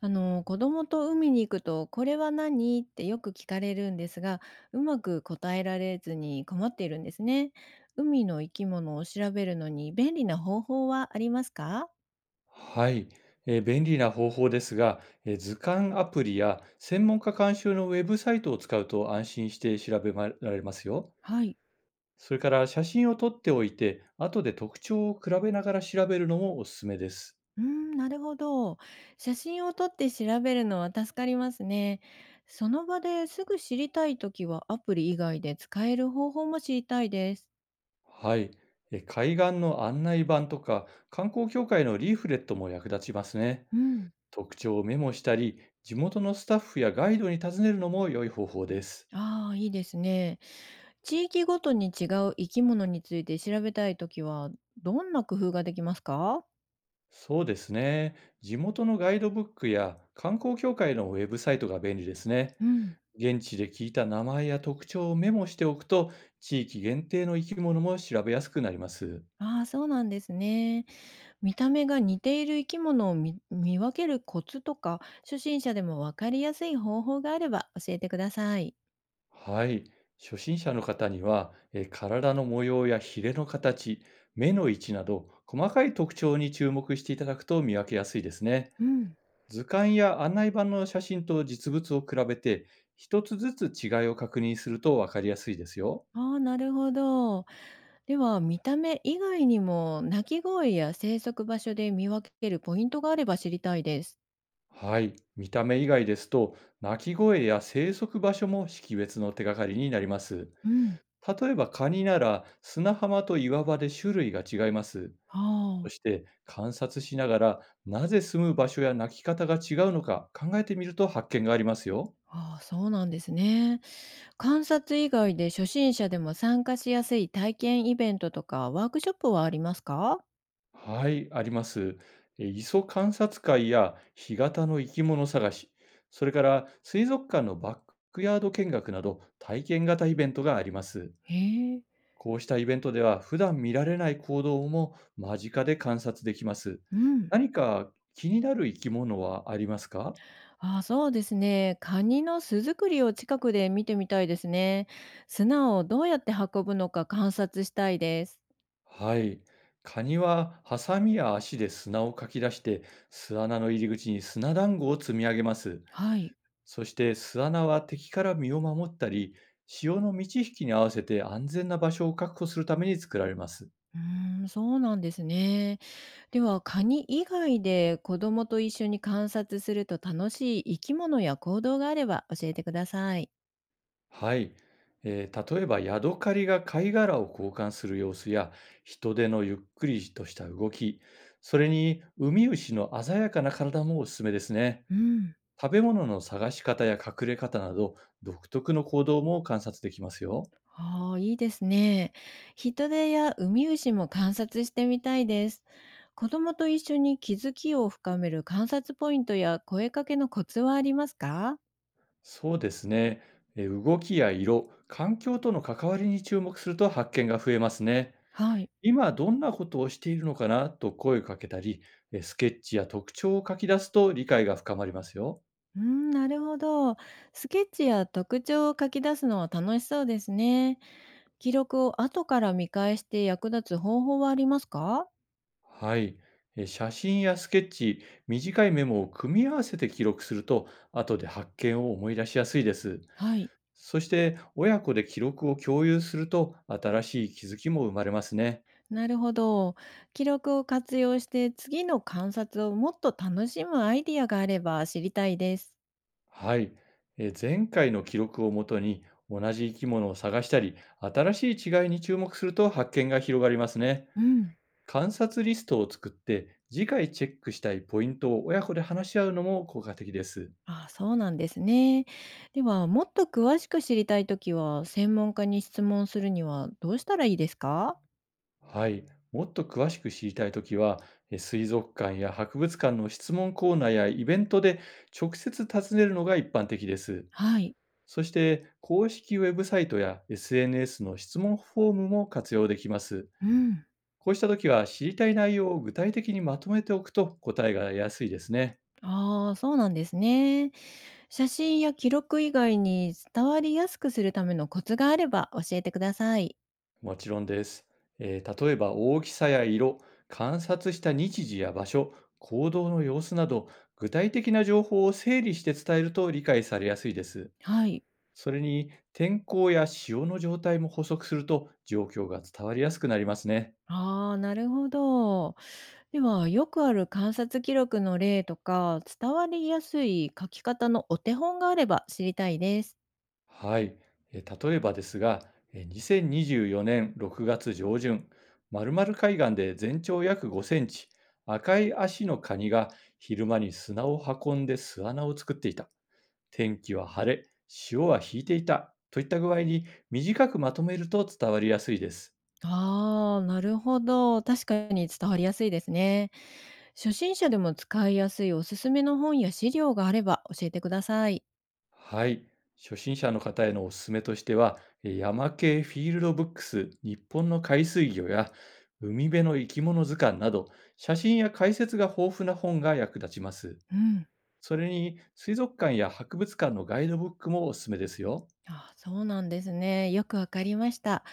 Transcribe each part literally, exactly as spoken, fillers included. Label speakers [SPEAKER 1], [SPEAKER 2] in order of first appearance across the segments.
[SPEAKER 1] あの子供と海に行くと「これは何?」ってよく聞かれるんですが、うまく答えられずに困っているんですね。海の生き物を調べるのに便利な方法はありますか？
[SPEAKER 2] はい、えー便利な方法ですが、えー図鑑アプリや専門家監修のウェブサイトを使うと安心して調べまられますよ。
[SPEAKER 1] はい。
[SPEAKER 2] それから写真を撮っておいて、後で特徴を比べながら調べるのもおすすめです。
[SPEAKER 1] うーん、なるほど。写真を撮って調べるのは助かりますね。その場ですぐ知りたいときはアプリ以外で使える方法も知りたいです。
[SPEAKER 2] はい、えー海岸の案内板とか観光協会のリーフレットも役立ちますね。
[SPEAKER 1] うん。
[SPEAKER 2] 特徴をメモしたり、地元のスタッフやガイドに尋ねるのも良い方法です。
[SPEAKER 1] ああー、いいですね。地域ごとに違う生き物について調べたいときは、どんな工夫ができますか？
[SPEAKER 2] そうですね。地元のガイドブックや観光協会のウェブサイトが便利ですね。
[SPEAKER 1] うん、
[SPEAKER 2] 現地で聞いた名前や特徴をメモしておくと、地域限定の生き物も調べやすくなります。
[SPEAKER 1] ああ、そうなんですね。見た目が似ている生き物を見見分けるコツとか、初心者でもわかりやすい方法があれば教えてください。
[SPEAKER 2] はい。初心者の方には、えー体の模様やヒレの形、目の位置など、細かい特徴に注目していただくと見分けやすいですね。
[SPEAKER 1] うん、
[SPEAKER 2] 図鑑や案内板の写真と実物を比べて、一つずつ違いを確認すると分かりやすいですよ。
[SPEAKER 1] ああ、なるほど。では、見た目以外にも、鳴き声や生息場所で見分けるポイントがあれば知りたいです。
[SPEAKER 2] はい。見た目以外ですと、鳴き声や生息場所も識別の手がかりになります。
[SPEAKER 1] うん。
[SPEAKER 2] 例えばカニなら砂浜と岩場で種類が違います。
[SPEAKER 1] あ
[SPEAKER 2] そ
[SPEAKER 1] あ、
[SPEAKER 2] して観察しながら、なぜ住む場所や鳴き方が違うのか考えてみると発見がありますよ。
[SPEAKER 1] ああ、そうなんですね。観察以外で初心者でも参加しやすい体験イベントとかワークショップはありますか？
[SPEAKER 2] はい、あります。え磯観察会や干潟の生き物探し、それから水族館のバックヤード見学など体験型イベントがあります。
[SPEAKER 1] へえ、
[SPEAKER 2] こうしたイベントでは普段見られない行動も間近で観察できます。
[SPEAKER 1] うん。
[SPEAKER 2] 何か気になる生き物はありますか？
[SPEAKER 1] あ、そうですね。カニの巣作りを近くで見てみたいですね。砂をどうやって運ぶのか観察したいです。
[SPEAKER 2] はい。カニはハサミや足で砂をかき出して、巣穴の入り口に砂団子を積み上げます。
[SPEAKER 1] はい。
[SPEAKER 2] そして巣穴は敵から身を守ったり、潮の満ち引きに合わせて安全な場所を確保するために作られます。
[SPEAKER 1] うーん、そうなんですね。では、カニ以外で子供と一緒に観察すると楽しい生き物や行動があれば教えてください。
[SPEAKER 2] はい、えー例えばヤドカリが貝殻を交換する様子や、人手のゆっくりとした動き、それにウミウシの鮮やかな体もおすすめですね。
[SPEAKER 1] うん。
[SPEAKER 2] 食べ物の探し方や隠れ方など、独特の行動も観察できますよ。
[SPEAKER 1] ああ、いいですね。ヒトデやウミウシも観察してみたいです。子供と一緒に気づきを深める観察ポイントや声かけのコツはありますか？
[SPEAKER 2] そうですね、えー動きや色、環境との関わりに注目すると発見が増えますね。
[SPEAKER 1] はい。
[SPEAKER 2] 今どんなことをしているのかなと声をかけたり、えースケッチや特徴を書き出すと理解が深まりますよ。
[SPEAKER 1] うん、なるほど。スケッチや特徴を書き出すのは楽しそうですね。記録を後から見返して役立つ方法はありますか？
[SPEAKER 2] はい。えー写真やスケッチ、短いメモを組み合わせて記録すると、後で発見を思い出しやすいです。
[SPEAKER 1] はい。
[SPEAKER 2] そして、親子で記録を共有すると、新しい気づきも生まれますね。
[SPEAKER 1] なるほど。記録を活用して次の観察をもっと楽しむアイディアがあれば知りたいです。
[SPEAKER 2] はい。えー前回の記録をもとに、同じ生き物を探したり、新しい違いに注目すると発見が広がりますね。
[SPEAKER 1] うん。
[SPEAKER 2] 観察リストを作って、次回チェックしたいポイントを親子で話し合うのも効果的です。
[SPEAKER 1] あ、そうなんですね。では、もっと詳しく知りたいときは、専門家に質問するにはどうしたらいいですか？
[SPEAKER 2] はい。もっと詳しく知りたいときは、え水族館や博物館の質問コーナーやイベントで直接尋ねるのが一般的です。
[SPEAKER 1] はい。
[SPEAKER 2] そして、公式ウェブサイトや エスエヌエス の質問フォームも活用できます。
[SPEAKER 1] うん。
[SPEAKER 2] こうしたときは、知りたい内容を具体的にまとめておくと答えが得やすいですね。
[SPEAKER 1] ああ、そうなんですね。写真や記録以外に伝わりやすくするためのコツがあれば教えてください。
[SPEAKER 2] もちろんです。えー例えば、大きさや色、観察した日時や場所、行動の様子など、具体的な情報を整理して伝えると理解されやすいです。
[SPEAKER 1] はい。
[SPEAKER 2] それに、天候や潮の状態も補足すると状況が伝わりやすくなりますね。
[SPEAKER 1] ああ、なるほど。では、よくある観察記録の例とか、伝わりやすい書き方のお手本があれば知りたいです。
[SPEAKER 2] はい。えー例えばですが、えーにせんにじゅうよねんろくがつ上旬、丸々海岸で全長約ごセンチ、赤い足のカニが昼間に砂を運んで巣穴を作っていた。天気は晴れ、潮は引いていた、といった具合に短くまとめると伝わりやすいです。
[SPEAKER 1] ああ、なるほど。確かに伝わりやすいですね。初心者でも使いやすいおすすめの本や資料があれば教えてください。
[SPEAKER 2] はい。初心者の方へのおすすめとしては、えー山系フィールドブックス日本の海水魚や海辺の生き物図鑑など、写真や解説が豊富な本が役立ちます。
[SPEAKER 1] うん。
[SPEAKER 2] それに、水族館や博物館のガイドブックもおすすめですよ。
[SPEAKER 1] あ、そうなんですね。よくわかりました。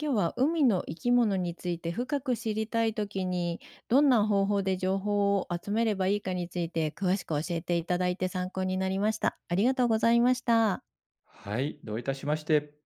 [SPEAKER 1] 今日は海の生き物について深く知りたいときに、どんな方法で情報を集めればいいかについて詳しく教えていただいて参考になりました。ありがとうございました。
[SPEAKER 2] はい。どういたしまして。